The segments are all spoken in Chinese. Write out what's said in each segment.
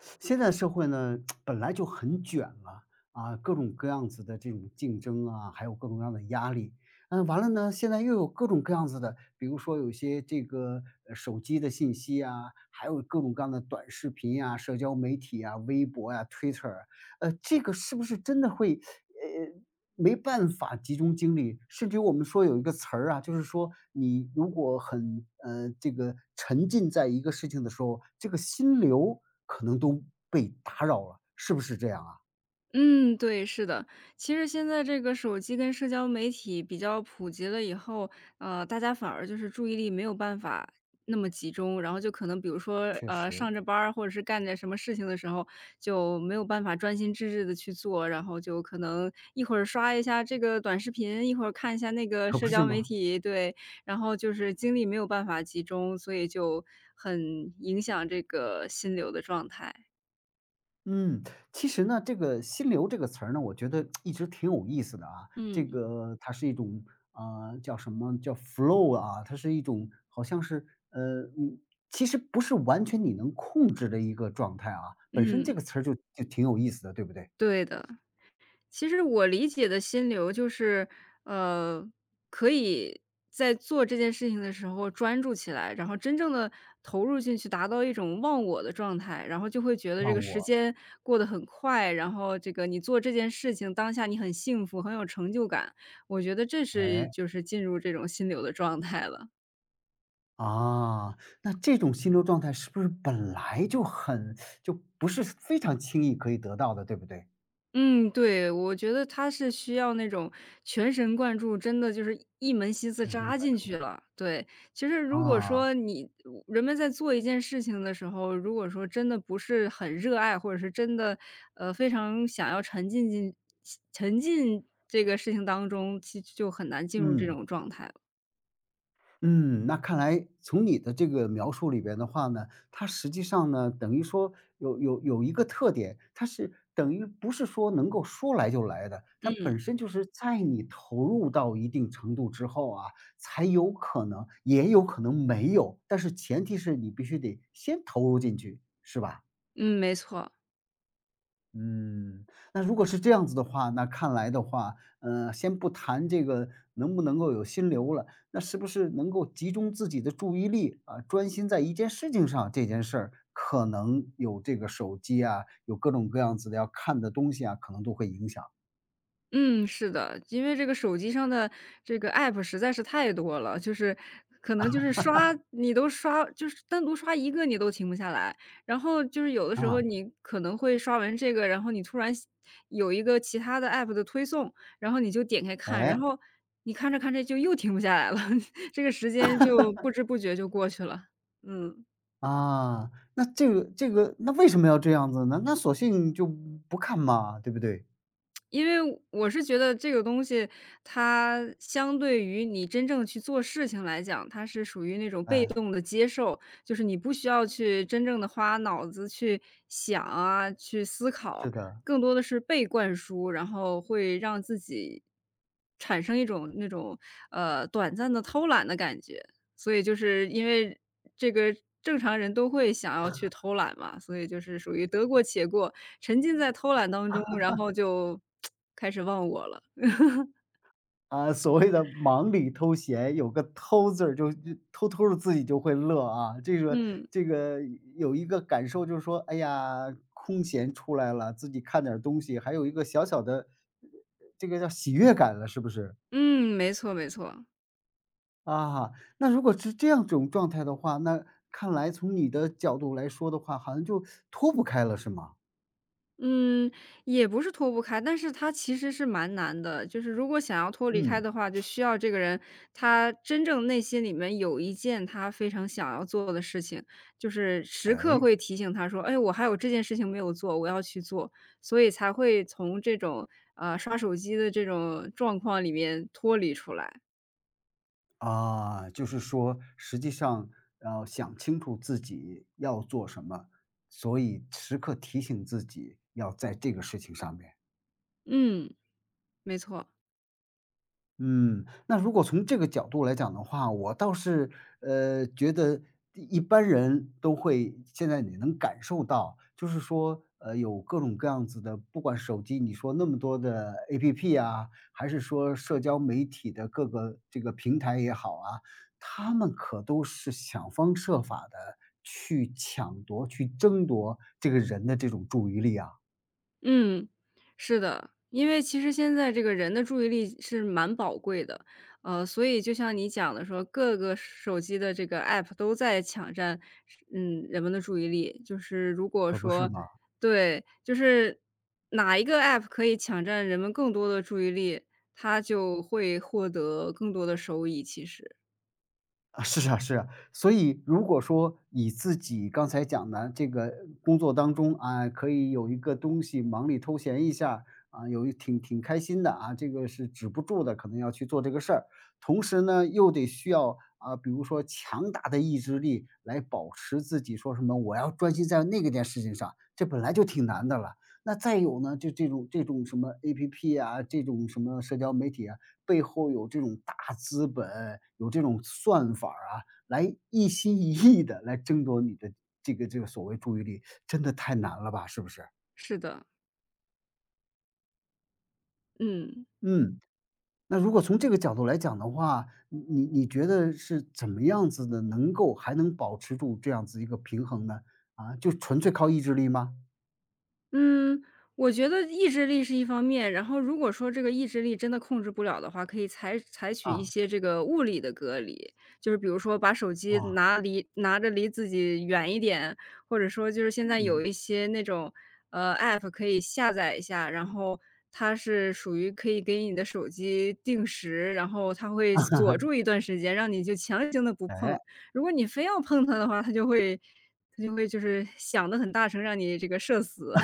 现在社会呢，本来就很卷了啊，各种各样子的这种竞争啊，还有各种各样的压力。嗯，完了呢，现在又有各种各样子的，比如说有些这个手机的信息啊，还有各种各样的短视频呀、社交媒体啊、微博呀、Twitter，啊这个是不是真的会？没办法集中精力，甚至于我们说有一个词儿啊，就是说你如果很这个沉浸在一个事情的时候，这个心流可能都被打扰了，是不是这样啊？嗯，对，是的。其实现在这个手机跟社交媒体比较普及了以后，大家反而就是注意力没有办法那么集中，然后就可能比如说，确实，上着班儿或者是干点什么事情的时候，就没有办法专心致志的去做，然后就可能一会儿刷一下这个短视频，一会儿看一下那个可社不是交媒吗？体，对，然后就是精力没有办法集中，所以就很影响这个心流的状态。嗯，其实呢，这个"心流"这个词儿呢，我觉得一直挺有意思的啊。这嗯。个它是一种叫什么叫 flow 啊，它是一种好像是其实不是完全你能控制的一个状态啊。本身这嗯，个词儿就挺有意思的，对不对？对的。其实我理解的心流就是，呃，可以在做这件事情的时候专注起来，然后真正的投入进去，达到一种忘我的状态，然后就会觉得这忘个时我，间过得很快，然后这个你做这件事情当下你很幸福，很有成就感，我觉得这是哎，就是进入这种心流的状态了。啊，那这种心流状态是不是本来就不是非常轻易可以得到的，对不对？嗯，对，我觉得他是需要那种全神贯注，真的就是一门心思全神扎贯进注，去了。对，其实如果啊，说你人们在做一件事情的时候，如果说真的不是很热爱，或者是真的，非常想要沉浸这个事情当中，其实就很难进入这嗯。种状态了。嗯，那看来从你的这个描述里边的话呢，它实际上呢，等于说有一个特点，它是等于不是说能够说来就来的，它嗯，本身就是在你投入到一定程度之后啊，才有可能，也有可能没有，但是前提是你必须得先投入进去，是吧？嗯，没错。嗯，那如果是这样子的话，那看来的话，先不谈这个能不能够有心流了，那是不是能够集中自己的注意力啊，专心在一件事情上？这件事儿可能有这个手机啊，有各种各样子的要看的东西啊，可能都会影响嗯，是的，因为这个手机上的这个 App 实在是太多了，就是可能就是刷你都刷就是单独刷一个你都停不下来，然后就是有的时候啊。你可能会刷完这个，然后你突然有一个其他的 App 的推送，然后你就点开看，然嗯哎后你看着看着就又停不下来了，这个时间就不知不觉就过去了，嗯。啊，那这个，那为什么要这样子呢？那索性就不看嘛，对不对？因为我是觉得这个东西，它相对于你真正去做事情来讲，它是属于那种被哎，动的接受，就是你不需要去真正的花脑子去想啊，去思考，是的。更多的是被灌输，然后会让自己产生一种那种，短暂的偷懒的感觉。所以就是因为这个正常人都会想要去偷懒嘛，所以就是属于得过且过，沉浸在偷懒当中，然后就 开始忘我了。啊，所谓的忙里偷闲，有个偷字儿就偷偷的自己就会乐啊。这个嗯，这个有一个感受就是说，哎呀，空闲出来了，自己看点儿东西，还有一个小小的这个叫喜悦感了，是不是？嗯，没错没错。啊，那如果是这样一种状态的话，那看来从你的角度来说的话，好像就脱不开了，是吗？嗯，也不是脱不开，但是他其实是蛮难的。就是如果想要脱离开嗯，的话，就需要这个人他真正内心里面有一件他非常想要做的事情，就是时刻哎。会提醒他说：“哎，我还有这件事情没有做，我要去做。”所以才会从这种刷手机的这种状况里面脱离出来。啊，就是说实际上要想清楚自己要做什么，所以时刻提醒自己要在这个事情上面。嗯，没错。嗯，那如果从这个角度来讲的话，我倒是，觉得一般人都会现在你能感受到，就是说，有各种各样子的，不管手机你说那么多的 APP 啊，还是说社交媒体的各个这个平台也好啊，他们可都是想方设法的去抢夺、去争夺这个人的这种注意力啊，嗯，是的，因为其实现在这个人的注意力是蛮宝贵的，所以就像你讲的说，各个手机的这个 app 都在抢占，嗯，人们的注意力。就是如果可不是说，吗？对，就是哪一个 app 可以抢占人们更多的注意力，它就会获得更多的收益。其实啊，是啊，是啊。所以如果说你自己刚才讲的这个工作当中啊，可以有一个东西忙里偷闲一下啊，有一挺开心的啊，这个是止不住的，可能要去做这个事儿。同时呢，又得需要啊，比如说强大的意志力来保持自己说什么我要专心在那个件事情上，这本来就挺难的了。那再有呢，就这种什么 APP 啊，这种什么社交媒体啊，背后有这种大资本，有这种算法儿啊，来一心一意的来争夺你的这个所谓注意力，真的太难了吧，是不是？是的，嗯。嗯，那如果从这个角度来讲的话，你觉得是怎么样子的，能够还能保持住这样子一个平衡呢？啊，就纯粹靠意志力吗？嗯，我觉得意志力是一方面，然后如果说这个意志力真的控制不了的话，可以采取一啊，些这个物理的隔离，就是比如说把手机哇，拿着离自己远一点，或者说就是现在有嗯，一些那种app 可以下载一下，然后它是属于可以给你的手机定时，然后它会锁住一段时间，让你就强行的不碰。哎，如果你非要碰它的话，它就会就是响的很大声，让你这个社死。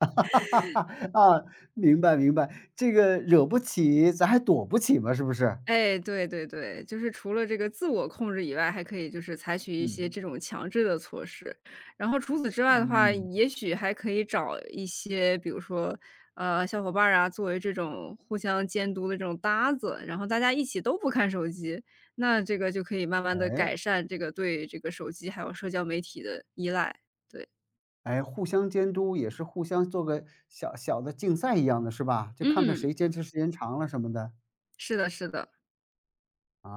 啊，明白明白，这个惹不起，咱还躲不起吗？是不是？哎，对对对，就是除了这个自我控制以外，还可以就是采取一些嗯，这种强制的措施。然后除此之外的话，嗯，也许还可以找一些，比如说，小伙伴儿啊，作为这种互相监督的这种搭子，然后大家一起都不看手机，那这个就可以慢慢的改哎。善这个对这个手机还有社交媒体的依赖，对。哎，互相监督也是互相做个小小的竞赛一样的是吧？就看看嗯，谁坚持时间长了什么的，是的是的，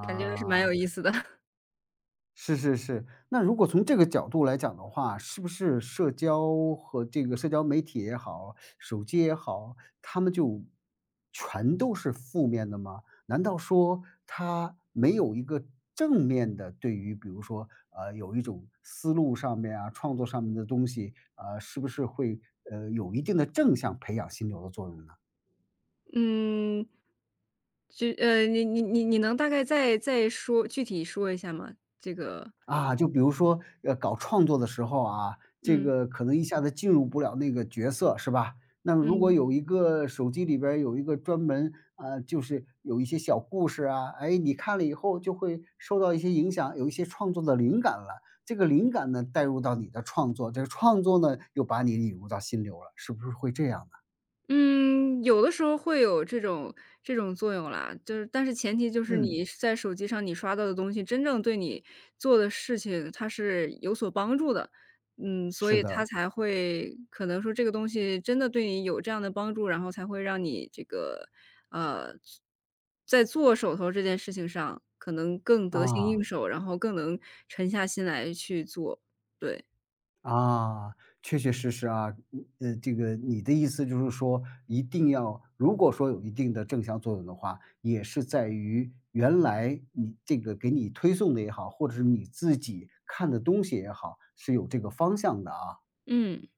感觉是蛮有意思的，是是是，那如果从这个角度来讲的话，是不是社交和这个社交媒体也好，手机也好，他们就全都是负面的吗？难道说它没有一个正面的对于比如说，有一种思路上面啊，创作上面的东西，是不是会，有一定的正向培养心流的作用呢？嗯。你能大概再说具体说一下吗？这个啊，就比如说，搞创作的时候啊，这嗯个可能一下子进入不了那个角色，是吧？那么如果嗯。有一个手机里边儿有一个专门，就是有一些小故事啊，哎，你看了以后就会受到一些影响，有一些创作的灵感了。这个灵感呢，带入到你的创作，这个创作呢，又把你引入到心流了，是不是会这样呢？嗯，有的时候会有这种作用啦，就是但是前提就是你嗯。是在手机上你刷到的东西，真正对你做的事情，它是有所帮助的。嗯，所是以它的，才会可能说这个东西真的对你有这样的帮助，然后才会让你这个，呃，在做手头这件事情上，可能更得心应啊。手，然后更能沉下心来去做，对。啊，确确实实啊，这个你的意思就是说，一定要如果说有一定的正向作用的话，也是在于原来你这个给你推送的也好，或者是你自己看的东西也好，是有这个方向的啊。嗯。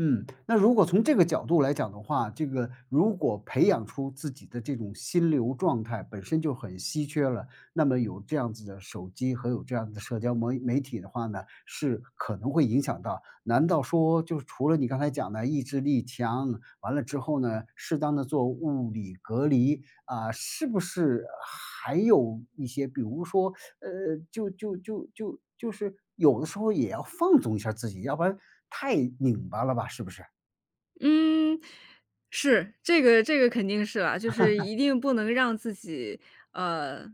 嗯，那如果从这个角度来讲的话，这个如果培养出自己的这种心流状态本身就很稀缺了，那么有这样子的手机和有这样的社交媒体的话呢，是可能会影响到。难道说就是除了你刚才讲的意志力强，完了之后呢，适当的做物理隔离啊、是不是还有一些，比如说就是有的时候也要放纵一下自己，要不然太拧巴了吧，是不是？嗯，是，这个这个肯定是啦，就是一定不能让自己，呃，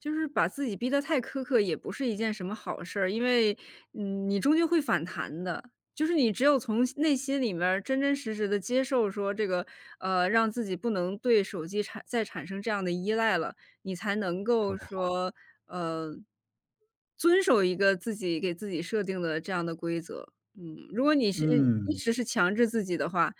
就是把自己逼得太苛刻，也不是一件什么好事儿，因为，嗯，你终究会反弹的。就是你只有从内心里面儿真真实实的接受说这个，让自己不能对手机再产生这样的依赖了，你才能说够得好。说，呃，遵守一个自己给自己设定的这样的规则。嗯，如果你是一嗯，直是强制自己的话，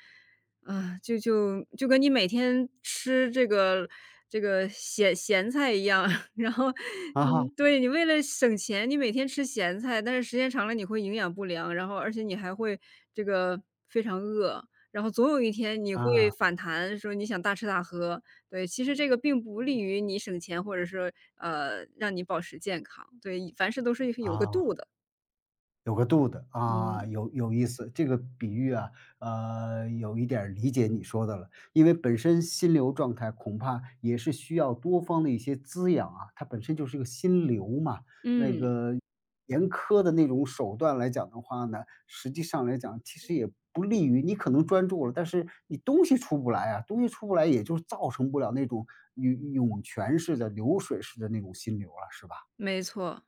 啊，就跟你每天吃这个咸菜一样，然后，啊哈，嗯，对，你为了省钱，你每天吃咸菜，但是时间长了你会营养不良，然后而且你还会这个非常饿，然后总有一天你会啊，反弹，说你想大吃大喝。对，其实这个并不利于你省钱，或者是，让你保持健康。对，凡事都是有个度啊。的。有个度的，啊，嗯，有意思，这个比喻啊，有一点儿理解你说的了。因为本身心流状态恐怕也是需要多方的一些滋养啊，它本身就是个心流嘛。那嗯。个严苛的那种手段来讲的话呢，实际上来讲其实也不利于你可能专注了，但是你东西出不来啊，东西出不来也就造成不了那种涌涌泉式的、流水式的那种心流了，是吧？没错，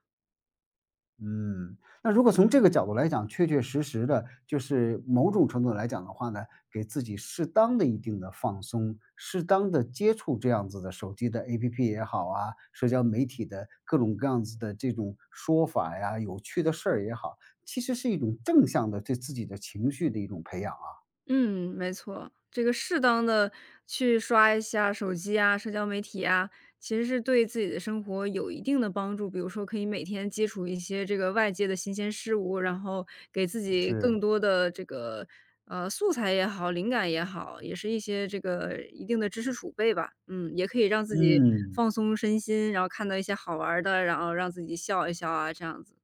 嗯，那如果从这个角度来讲，确确实实的，就是某种程度来讲的话呢，给自己适当的一定的放松，适当的接触这样子的手机的 APP 也好啊，社交媒体的各种各样子的这种说法呀，有趣的事儿也好，其实是一种正向的对自己的情绪的一种培养啊。嗯，没错，这个适当的去刷一下手机啊、社交媒体啊，其实是对自己的生活有一定的帮助。比如说可以每天接触一些这个外界的新鲜事物，然后给自己是，更多的这个，素材也好、灵感也好，也是一些这个一定的知识储备吧。嗯，也可以让自己嗯。放松身心，然后看到一些好玩儿的，然后让自己笑一笑啊，这样子。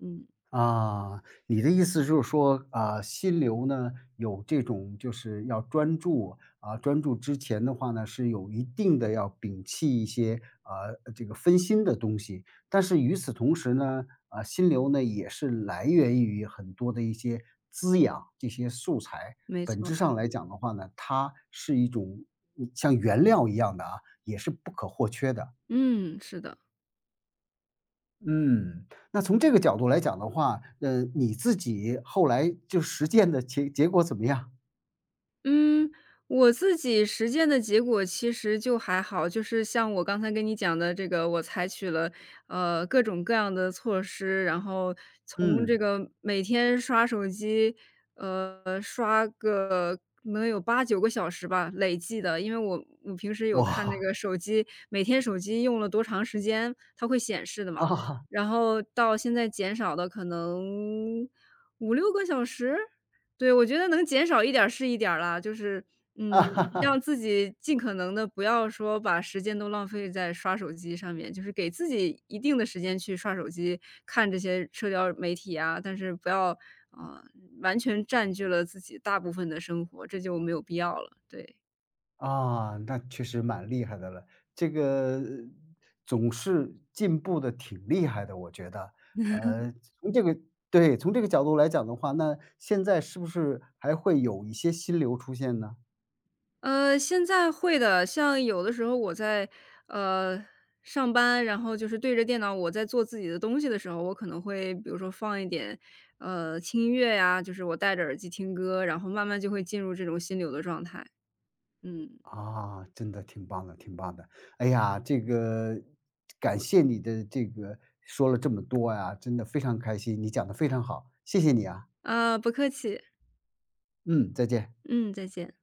嗯，啊，你的意思就是说，啊，心流呢，有这种就是要专注，啊，专注之前的话呢，是有一定的要摒弃一些，啊，这个分心的东西。但是与此同时呢，啊，心流呢，也是来源于很多的一些滋养，这些素材。没本质错，上来讲的话呢，它是一种像原料一样的啊，也是不可或缺的。嗯，是的。嗯，那从这个角度来讲的话，你自己后来就实践的结果怎么样？嗯，我自己实践的结果其实就还好，就是像我刚才跟你讲的这个，我采取了各种各样的措施，然后从这嗯，个每天刷手机，刷个能有8、9个小时吧，累计的，因为我平时有看那哇，个手机，每天手机用了多长时间，它会显示的嘛，啊，然后到现在减少的可能5、6个小时，对，我觉得能减少一点儿是一点儿啦，就是，嗯，啊，哈哈，让自己尽可能的不要说把时间都浪费在刷手机上面，就是给自己一定的时间去刷手机，看这些社交媒体啊，但是不要啊，完全占据了自己大部分的生活，这就没有必要了，对。啊，那确实蛮厉害的了。这个总是进步的挺厉害的，我觉得。呃，从这个对，从这个角度来讲的话，那现在是不是还会有一些心流出现呢？现在会的，像有的时候我在呃上班，然后就是对着电脑，我在做自己的东西的时候，我可能会比如说放一点轻音乐呀，就是我戴着耳机听歌，然后慢慢就会进入这种心流的状态。嗯，啊，真的挺棒的，挺棒的。哎呀，这个感谢你的这个说了这么多呀，真的非常开心，你讲的非常好，谢谢你啊。啊，不客气，嗯，再见。嗯，再见。